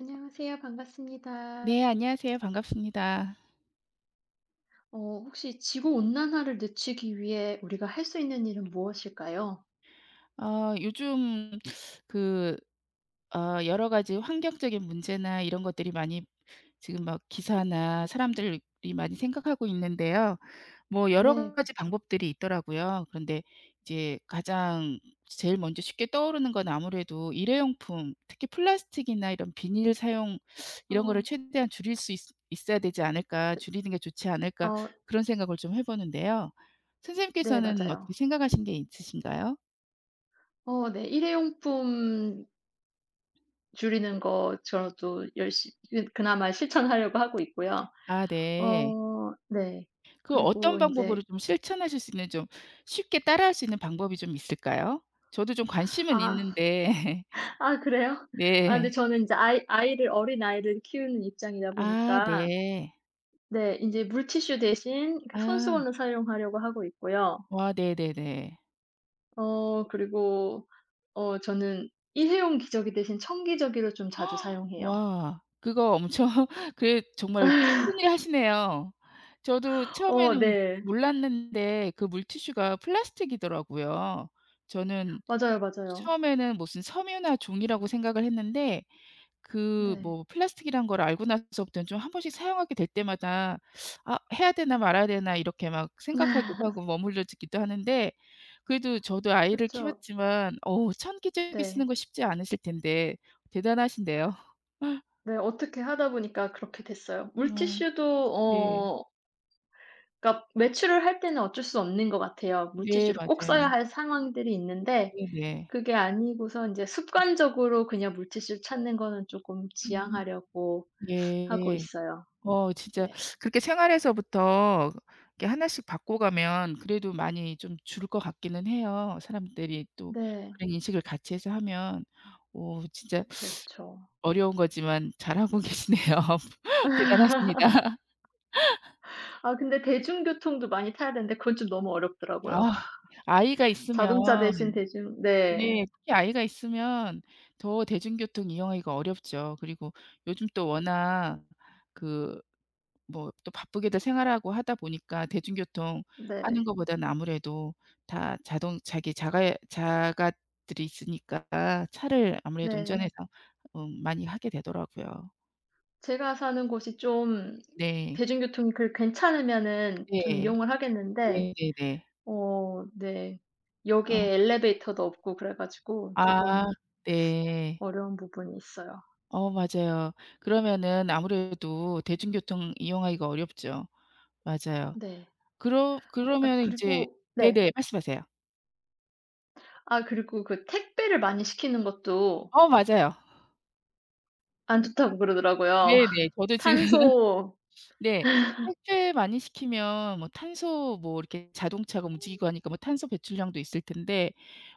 안녕하세요. 네 반갑습니다. 안녕하세요. 반갑습니다. 어 혹시 지구 온난화를 늦추기 위해 우리가 할 수 있는 일은 무엇일까요? 어 요즘 그 어 여러 가지 환경적인 문제나 이런 것들이 많이 지금 막 기사나 사람들이 많이 생각하고 있는데요. 뭐 여러 네, 가지 그렇죠. 방법들이 있더라고요. 그런데 이제 가장 제일 먼저 쉽게 떠오르는 건 아무래도 일회용품, 특히 플라스틱이나 이런 비닐 사용 어 이런 거를 최대한 줄일 수 있 있어야 되지 않을까, 네. '줄이는 게 좋지 않을까.' 어 그런 생각을 좀 해 보는데요. 네 선생님께서는 맞아요. 어떻게 생각하신 게 있으신가요? 어 네. 일회용품 줄이는 거 저도 열심 그 그나마 실천하려고 하고 있고요. 아 네. 어 네. 그 어떤 그리고 이 방법으로 제 좀 실천하실 수 있는 좀 쉽게 따라할 수 있는 방법이 좀 있을까요? 저도 좀 관심은 아 있는데 아 그래요? 아 근데 네. 저는 이제 아이 아이를 어린아이를 키우는 입장이다 아 보니까 네. 네 이제 물티슈 대신 그 아. 손수건을 사용하려고 하고 있고요. 와 네네네. 어 그리고 저는 일회용 기저귀 대신 청기저귀를 좀 자주 사용해요. 와. 그거 엄청 그게 정말 힘든 일 하시네요. 저도 어 처음에는 네. 몰랐는데 그 물티슈가 플라스틱이더라고요. 저는 맞아요, 맞아요. 처음에는 무슨 섬유나 종이라고 생각을 했는데 그 네. 뭐 플라스틱이란 걸 알고 나서부터는 좀 한 번씩 사용하게 될 때마다 '아 해야 되나 말아야 되나.' 이렇게 막 생각하기도 하고 머물러지기도 하는데 그래도 저도 아이를 그쵸. 키웠지만 어우 천기저귀 쓰는 네. 거 쉽지 않으실 텐데 대단하신데요. 네 어떻게 하다 보니까 그렇게 됐어요. 어 물티슈도 네. 어 그러니까 외출을 할 때는 어쩔 수 없는 것 같아요. 네 물티슈를 꼭 맞아요. 써야 할 상황들이 있는데 네네. 그게 아니고서 이제 습관적으로 그냥 물티슈를 찾는 거는 조금 음. 지양하려고 하고 예. 있어요. 어 진짜 네. 그렇게 생활에서부터 이렇게 하나씩 바꿔가면 그래도 많이 좀 줄 것 같기는 해요. 사람들이 또 네. 그런 인식을 같이 해서 하면. 오 진짜 그렇죠. 어려운 거지만 잘하고 계시네요. 대단하십니다. 아 근데 대중교통도 많이 타야 되는데 그건 좀 너무 아 어렵더라고요. 아이가 있으면 자동차 대신 대중 네. 네 특히 아이가 있으면 더 대중교통 이용하기가 어렵죠. 그리고 요즘 또 워낙 그 뭐 또 바쁘게들 생활하고 하다 보니까 대중교통 하는 네. 것보다는 아무래도 다 자동 자기 자가 자가들이 있으니까 차를 아무래도 네. 운전해서 어 많이 하게 되더라고요. 제가 사는 곳이 좀 네. 대중교통이 그 괜찮으면은 좀 네. 이용을 하겠는데 네네네. 어 네. 역에 어 엘리베이터도 없고 그래 가지고 아 쪼금 네. 어려운 부분이 있어요. 어 맞아요. 그러면은 아무래도 대중교통 이용하기가 어렵죠. 맞아요. 네. 그러 아 그러면은 이제 그리고 네. 네네. 말씀하세요. 아 그리고 그 택배를 많이 시키는 것도 어 맞아요. 안 좋다고 그러더라고요. 네네. 저도 지금 탄소 네. 탈출 많이 시키면 뭐 탄소 뭐 이렇게 자동차가 움직이고 하니까 뭐 탄소 배출량도 있을 텐데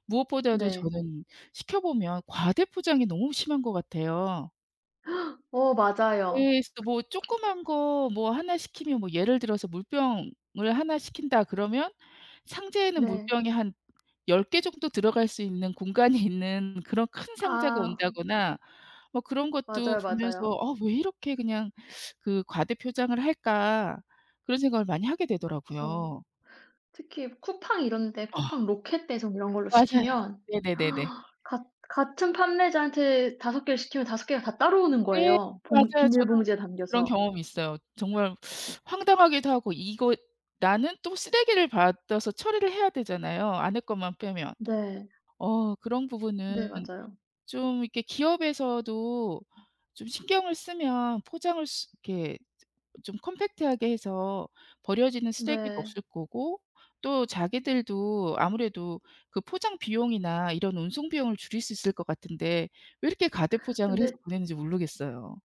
무엇보다도 네. 저는 시켜 보면 과대 포장이 너무 심한 것 같아요. 어 예. 맞아요. 그래서 뭐 조그만 거뭐나 시키면 뭐 예를 들어서 물병을 하나 시킨다 그러면 상자에는 네. 물병이 한 10개 정도 들어갈 수 있는 공간이 있는 그런 큰 상자가 아. 온다거나 뭐 그런 것도 맞아요, 보면서 맞아요. '아 왜 이렇게 그냥 그 과대 표장을 할까?' 그런 생각을 많이 하게 그쵸. 되더라고요. 특히 쿠팡 이런 데 쿠팡 아. 로켓 배송 이런 걸로 맞아요. 시키면 네네네네. 같 같은 판매자한테 다섯 개를 시키면 다섯 개가 다 따로 오는 네. 거예요, 봉 맞아요. 저도 비닐봉지에 그런 담겨서. 경험이 있어요. 정말 황당하기도 하고 이거 나는 또 쓰레기를 받아서 처리를 해야 되잖아요, 아내 것만 빼면. 네. 어 그런 부분은 네 맞아요. 좀 이렇게 기업에서도 좀 신경을 쓰면 포장을 수 이렇게 좀 컴팩트하게 해서 버려지는 쓰레기도 네. 없을 거고 또 자기들도 아무래도 그 포장 비용이나 이런 운송 비용을 줄일 수 있을 것 같은데 왜 이렇게 가대 포장을 해서 근데 보내는지 모르겠어요.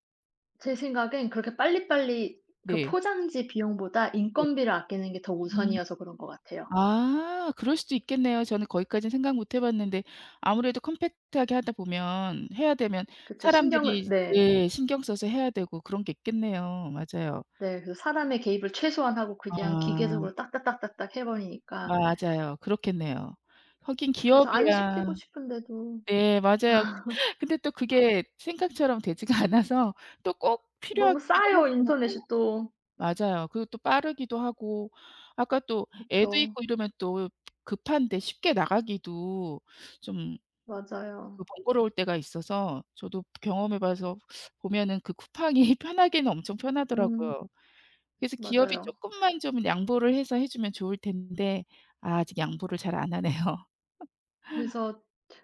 제 생각엔 그렇게 빨리빨리 그 네. 포장지 비용보다 네. 인건비를 아끼는 게 더 음. 우선이어서 그런 것 같아요. 아 그럴 수도 있겠네요. 저는 거기까지는 생각 못 해 봤는데 아무래도 컴팩트하게 하다 보면 해야 되면 그쵸. 신경을 사람들이 네. 예 신경 써서 해야 되고 그런 게 있겠네요. 맞아요. 네. 그래서 사람의 개입을 최소한 하고 그냥 아 기계적으로 딱딱딱딱딱 해 버리니까. 맞아요. 그렇겠네요. 하긴 그래서 안 기업이야 시키고 싶은데도 네 맞아요. 근데 또 그게 생각처럼 되지가 않아서 또 꼭 너무 필요하기도 싸요, 하기도 하고 인터넷이 또. 맞아요. 그리고 또 빠르기도 하고 아까 또 애도 그쵸. 있고 이러면 또 급한데 쉽게 나가기도 좀 맞아요. 그 번거로울 때가 있어서 저도 경험해 봐서 보면은 그 쿠팡이 편하기는 엄청 음 편하더라고요. 그래서 기업이 맞아요. 쪼끔만 좀 양보를 해서 해 주면 좋을 텐데 아 아직 양보를 잘 안 하네요. 그래서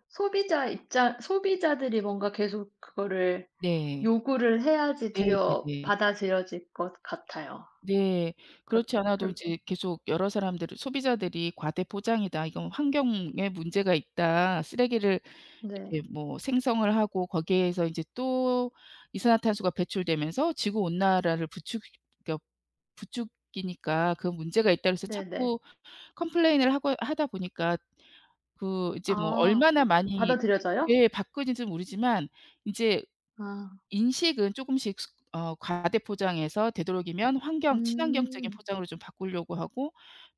소비자들이 뭔가 계속 그거를 네. 요구를 해야지 들여 네네네. 받아들여질 것 같아요. 네. 그 그렇지 그 않아도 인제 계속 여러 사람들이 소비자들이 '과대 포장이다. 이건 환경에 문제가 있다. 쓰레기를 네. 이렇게 뭐 생성을 하고 거기에서 이제 또 이산화탄소가 배출되면서 지구 온난화를 부추기 그러니까 부추기니까 그 문제가 있다 그래서 네네. 자꾸 컴플레인을 하고 하다 보니까 그 이제 뭐 아 얼마나 많이 받아들여져요? 예 바뀌는지는 모르지만 인제 아. 인식은 조금씩 스 어 과대 포장해서 되도록이면 환경 친환경적인 음. 포장으로 좀 바꾸려고 하고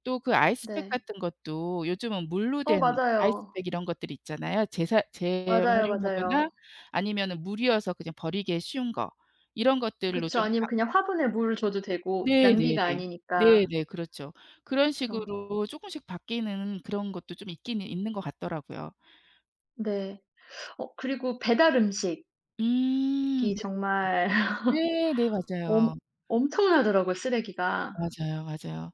또 그 아이스팩 네. 같은 것도 요즘은 물로 어 된 맞아요. 아이스팩 이런 것들이 있잖아요. 재사 맞아요, 맞아요. 재활용하거나 아니면은 물이어서 그냥 버리기 쉬운 거 이런 것들로 그쵸. 좀 바 아니면 그냥 화분에 물을 줘도 되고 네네네. 낭비가 아니니까. 네네. 그렇죠. 그런 그쵸. 식으로 조금씩 바뀌는 그런 것도 좀 있기는 있는 것 같더라고요. 네. 어 그리고 배달 음식. 음. 기 네. 정말 네네. 엄 맞아요. 엄청나더라고요 쓰레기가. 맞아요, 맞아요.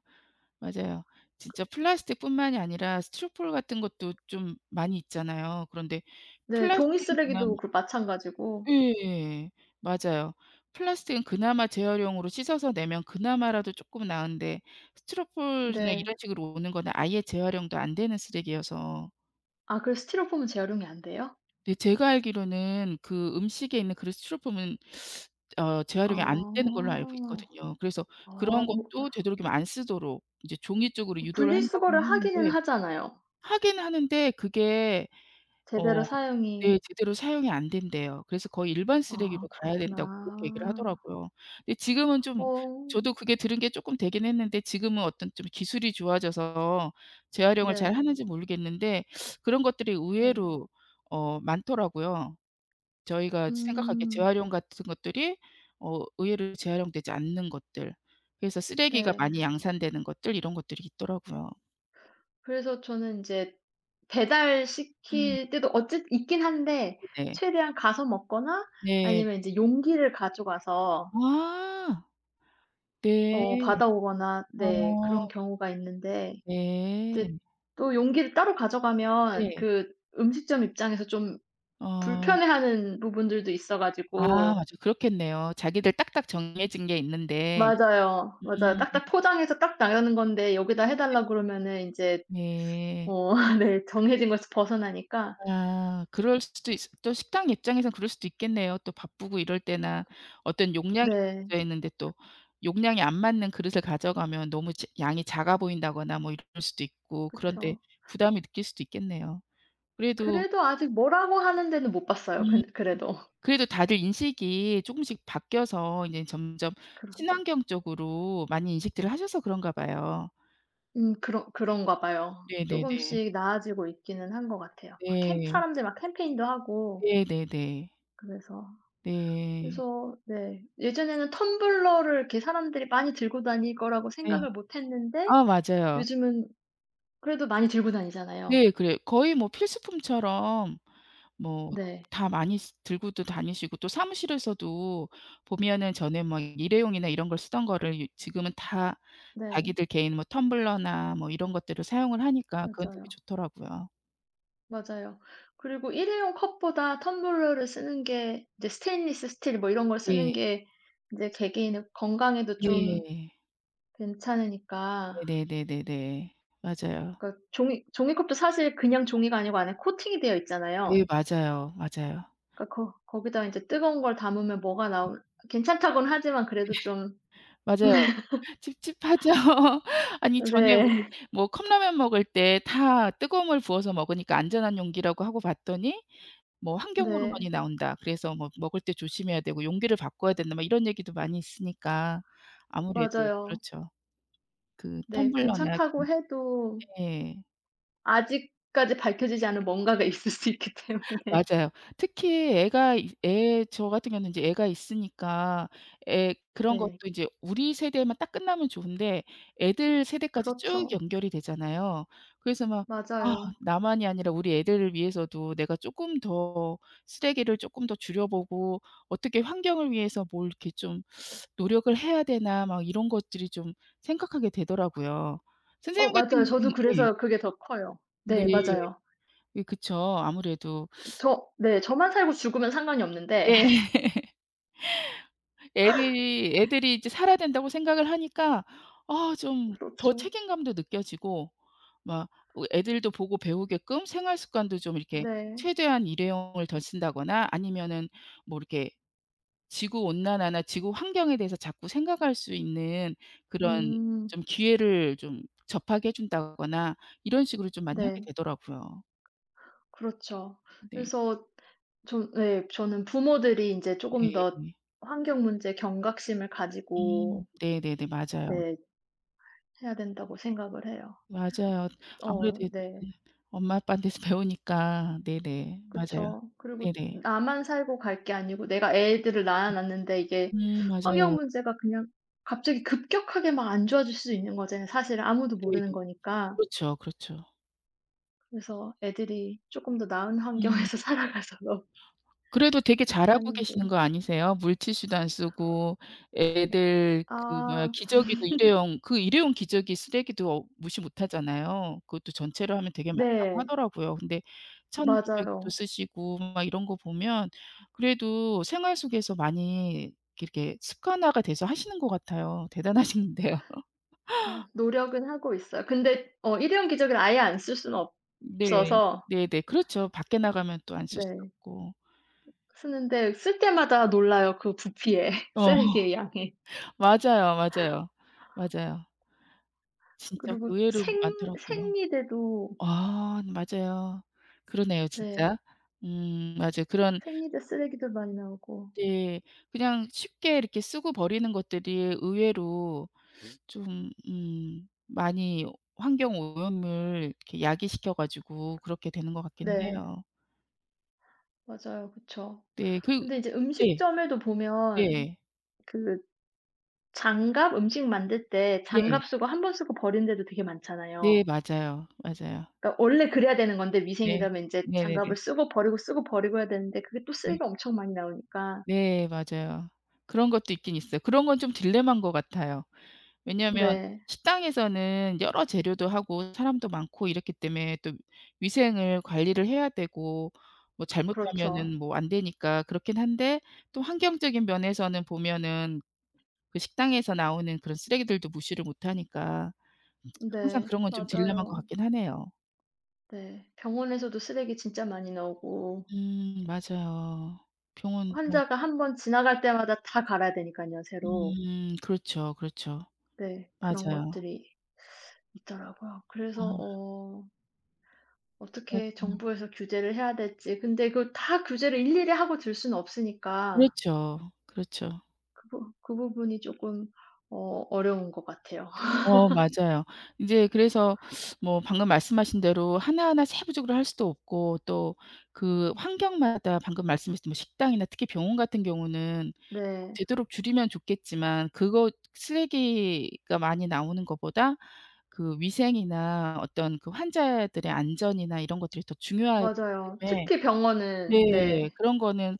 맞아요. 진짜 플라스틱뿐만이 아니라 스티로폼 같은 것도 좀 많이 있잖아요. 그런데 네. 종이 플라스틱은 그나마 쓰레기도 그 마찬가지고. 예. 맞아요. 플라스틱은 그나마 재활용으로 씻어서 내면 그나마라도 쪼끔 나은데 스티로폼이나 네. 이런 식으로 오는 거는 아예 재활용도 안 되는 쓰레기여서 아 그 스티로폼은 재활용이 안 돼요? 근데 제가 알기로는 그 음식에 있는 그 스티로폼은 어 재활용이 안 되는 아. 걸로 알고 있거든요. 그래서 아 그런 뭐 것도 되도록이면 안 쓰도록 이제 종이 쪽으로 그 유도를 한다고는 분리수거를 하기는 하는데 하잖아요. 하긴 하는데 그게 제대로 어 사용이 네 제대로 사용이 안 된대요. 그래서 거의 일반 쓰레기로 아 가야 된다고 그렇게 얘기를 그렇구나. 하더라고요. 근데 지금은 좀 어. 저도 그게 들은 게 쪼끔 되긴 했는데 지금은 어떤 좀 기술이 좋아져서 재활용을 잘 네. 하는지 모르겠는데 그런 것들이 네. 의외로 어 많더라고요. 저희가 생각하기에 음. 재활용 같은 것들이 어 의외로 재활용되지 않는 것들 그래서 쓰레기가 네. 많이 양산되는 것들 이런 것들이 있더라고요. 그래서 저는 이제 음 배달시킬 때도 어쨌 있긴 한데 네네. 최대한 가서 먹거나 네. 아니면 이제 용기를 가져가서 아. 네. 받아오거나 네 그런 어. 경우가 있는데 이제 네. 또 용기를 따로 가져가면 네. 그 음식점 입장에서 좀 어. 불편해하는 부분들도 있어 아 가지고 맞아. 그렇겠네요. 자기들 딱딱 정해진 게 있는데. 맞아요. 맞아요. 음. 딱딱 포장해서 딱 나가는 건데 여기다 해 네. 달라고 그러면은 이제 네. 어 네 정해진 거에서 벗어나니까 아 그럴 수도 있 또 식당 입장에선 그럴 수도 있겠네요. 또 바쁘고 이럴 때나 어떤 용량이 네 정해져 있는데 또 용량이 안 맞는 그릇을 가져가면 너무 지 양이 작아 보인다거나 뭐 이럴 수도 있고 그런데 그쵸. 부담이 느낄 수도 있겠네요. 그래도 그래도 아직 뭐라고 하는 데는 못 봤어요 음. 그, 그래도. 그래도 다들 인식이 조금씩 바뀌어서 이제 점점 그런 친환경 쪽으로 많이 인식들을 하셔서 그런가 봐요. 그런가 봐요. 조금 네네네. 씩 나아지고 있기는 한 것 같아요. 캠 네. 사람들 막 캠페인도 하고 네네네. 그래서 네. 그래서 네. 예전에는 텀블러를 이렇게 사람들이 많이 들고 다닐 거라고 네. 생각을 못 했는데 아 맞아요. 요즘은 그래도 많이 들고 다니잖아요. 네 그래요. 거의 뭐 필수품처럼 뭐 네. 다 많이 쓰 들고도 다니시고 또 사무실에서도 보면은 전에 막 일회용이나 이런 걸 쓰던 거를 이 지금은 다 네. 자기들 개인 뭐 텀블러나 뭐 이런 것들을 사용을 하니까 그건 되게 맞아요. 좋더라고요. 맞아요. 그리고 일회용 컵보다 텀블러를 쓰는 게 이제 스테인리스 스틸 뭐 이런 걸 쓰는 네. 게 이제 개개인의 건강에도 좀 네. 괜찮으니까 네네네네네. 맞아요. 그러니까 종이컵도 사실 그냥 종이가 아니고 안에 코팅이 되어 있잖아요. 네 맞아요. 맞아요. 그러니까 거 거기다가 제 뜨거운 걸 담으면 뭐가 나올 괜찮다고는 하지만 그래도 좀 맞아요. 찝찝하죠. 아니 전에 우리 네. 뭐 컵라면 먹을 때 다 뜨거운 물 부어서 먹으니까 안전한 용기라고 하고 봤더니 뭐 "환경 네. 호르몬이 나온다. 그래서 뭐 먹을 때 조심해야 되고 용기를 바꿔야 된다." 막 이런 얘기도 많이 있으니까 아무래도 맞아요. 그렇죠. 그 네. 텀블러나 괜찮다고 해도 예. 아직까지 밝혀지지 않은 뭔가가 있을 수 있기 때문에. 맞아요. 특히 애가 이- 애 저 같은 경우는 이제 애가 있으니까 애 그런 네. 것도 이제 우리 세대만 딱 끝나면 좋은데 애들 세대까지 쭉 그렇죠. 연결이 되잖아요. 그래서 막 '아 맞아요. 나만이 아니라 우리 애들을 위해서도 내가 조금 더 쓰레기를 조금 더 줄여 보고 어떻게 환경을 위해서 뭘 이렇게 좀 노력을 해야 되나.' 막 이런 것들이 좀 생각하게 되더라고요. 어 선생님 같은 맞아요. 저도 경우 예. 그래서 그게 더 커요. 네. 네. 맞아요. 예 그쵸. 아무래도 저 네. 저만 살고 죽으면 상관이 없는데 네. 애들이 이제 살아야 된다고 생각을 하니까 아 좀 더 그렇죠. 책임감도 느껴지고 막 어 애들도 보고 배우게끔 생활 습관도 좀 이렇게 네. 최대한 일회용을 덜 쓴다거나 아니면은 뭐 이렇게 지구 온난화나 지구 환경에 대해서 자꾸 생각할 수 있는 그런 음. 좀 기회를 좀 접하게 해 준다거나 이런 식으로 좀 많이 하게 네. 되더라고요. 그렇죠. 네. 그래서 좀 네. 저는 부모들이 이제 조금 더 네. 환경 문제 경각심을 가지고 네네네. 맞아요. 네 해야 된다고 생각을 해요. 맞아요. 아무래도 어 네. 애들은 엄마 아빠한테서 배우니까. 네네. 맞아요. 그쵸. 그리고 네네. 나만 살고 갈 게 아니고 내가 애들을 낳아 놨는데 이게 환경 맞아요. 문제가 그냥 갑자기 급격하게 막 안 좋아질 수도 있는 거잖아요 사실 아무도 모르는 네네. 거니까. 그렇죠, 그렇죠. 그래서 애들이 조금 더 나은 음. 환경에서 살아가서 너- 그래도 되게 그렇게 잘하고 하는 게 계시는 거 아니세요? 물티슈도 안 쓰고 애들 그 뭐야 아 기저귀도 일회용 그 일회용 기저귀 쓰레기도 어 무시 못 하잖아요. 그것도 전체로 하면 되게 많다고 네. 하더라고요. 근데 천 기저귀도 맞아요. 쓰시고 막 이런 거 보면 그래도 생활 속에서 많이 이렇게 습관화가 돼서 하시는 것 같아요. 대단하신데요. 아 노력은 하고 있어요. 근데 어 일회용 기저귀를 아예 안 쓸 수는 네. 없어서 네네. 그렇죠. 밖에 나가면 또 안 쓸 수도 네 없고. 쓰는데 쓸 때마다 놀라요 그 부피에 어 쓰레기의 양에. 맞아요, 맞아요. 맞아요. 진짜 그리고 그 의외로 생 많더라고요. 생리대도 아 네, 맞아요. 그러네요 네. 진짜. 맞아요. 그런 생리대 쓰레기도 많이 나오고. 네 그냥 쉽게 이렇게 쓰고 버리는 것들이 의외로 좀 많이 환경 오염을 이렇게 야기시켜 가지고 그렇게 되는 것 같기는 네. 해요. 맞아요. 그쵸. 네 그 근데 이제 네. 음식점에도 보면 네. 그 장갑 음식 만들 때 네. 장갑 쓰고 한 번 쓰고 버린 데도 되게 많잖아요. 네 맞아요. 맞아요. 그러니까 원래 그래야 되는 건데 네. 위생이라면 이제 네네네. 장갑을 쓰고 버리고 쓰고 버리고 해야 되는데 그게 또 네. 쓰레기가 엄청 많이 나오니까. 네 맞아요. 그런 것도 있긴 있어요. 그런 건 좀 딜레마인 것 같아요. 왜냐하면 네. 식당에서는 여러 재료도 하고 사람도 많고 이렇기 때문에 또 위생을 관리를 해야 되고 뭐 그렇죠. 잘못하면은 뭐 안 되니까 그렇긴 한데 또 환경적인 면에서는 보면은 그 식당에서 나오는 그런 쓰레기들도 무시를 못 하니까 항상 네. 그런 건 좀 딜레마인 것 맞아요. 같긴 하네요. 네. 병원에서도 쓰레기 진짜 많이 나오고 맞아요. 병원도 환자가 한 번 지나갈 때마다 다 갈아야 되니깐요 새로. 그렇죠, 그렇죠. 네. 그런 맞아요. 것들이 있더라고요. 그래서 아 어떻게 맞아요. 정부에서 규제를 해야 될지 근데 그 다 규제를 일일이 하고 들 수는 없으니까 그렇죠, 그렇죠. 그 부 그 부분이 쪼끔 어 어려운 것 같아요. 어 맞아요. 인제 그래서 뭐 방금 말씀하신 대로 하나하나 세부적으로 할 수도 없고 또 그 환경마다 방금 말씀하신 뭐 식당이나 특히 병원 같은 경우는 뭐 네. 되도록 줄이면 좋겠지만 그거 쓰레기가 많이 나오는 것보다 그 위생이나 어떤 그 환자들의 안전이나 이런 것들이 더 중요하기 맞아요. 때문에 특히 병원은 네 네. 그런 거는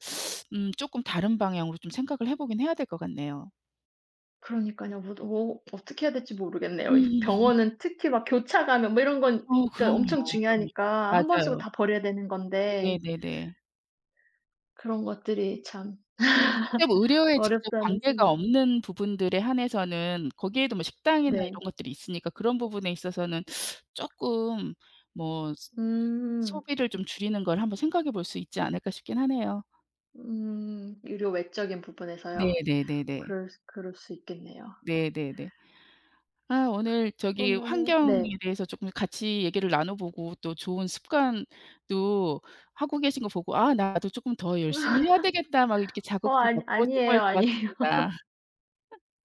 쪼끔 다른 방향으로 좀 생각을 해 보긴 해야 될 것 같네요. 그러니깐요. 뭐 어떻게 해야 될지 음. 모르겠네요. 이 병원은 특히 막 교차 감염 뭐 이런 건 어 그러니까 엄청 그럼요, 그럼요. 중요하니까 한 번 쓰고 맞아요. 다 버려야 되는 건데 네네네. 그런 것들이 참 직접 의료에 직접 어렵다는 관계가 생 없는 부분들에 한해서는 거기에도 뭐 식당이나 네. 이런 것들이 있으니까 그런 부분에 있어서는 쪼끔 뭐 소 음. 소비를 좀 줄이는 걸 한번 생각해 볼 수 있지 않을까 싶긴 하네요. 음. 유료 외적인 부분에서요. 네네네네. 그럴 수 있겠네요. 네네네. 아 오늘 저기 그러면은 환경에 네. 대해서 쪼끔 같이 얘기를 나눠 보고 또 좋은 습관도 하고 계신 거 보고 '아 나도 쪼끔 더 열심히 해야 되겠다.' 막 이렇게 어 자극도 아니 받고 정말 아니에요, 아니에요. 좋았습니다.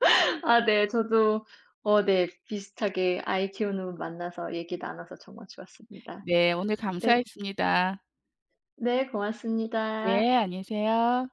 아 네. 저도 어 네. 비슷하게 아이 키우는 분 만나서 얘기 나눠서 정말 좋았습니다. 네 오늘 네. 고- 감사했습니다. 네 고맙습니다. 네. 안녕히 계세요.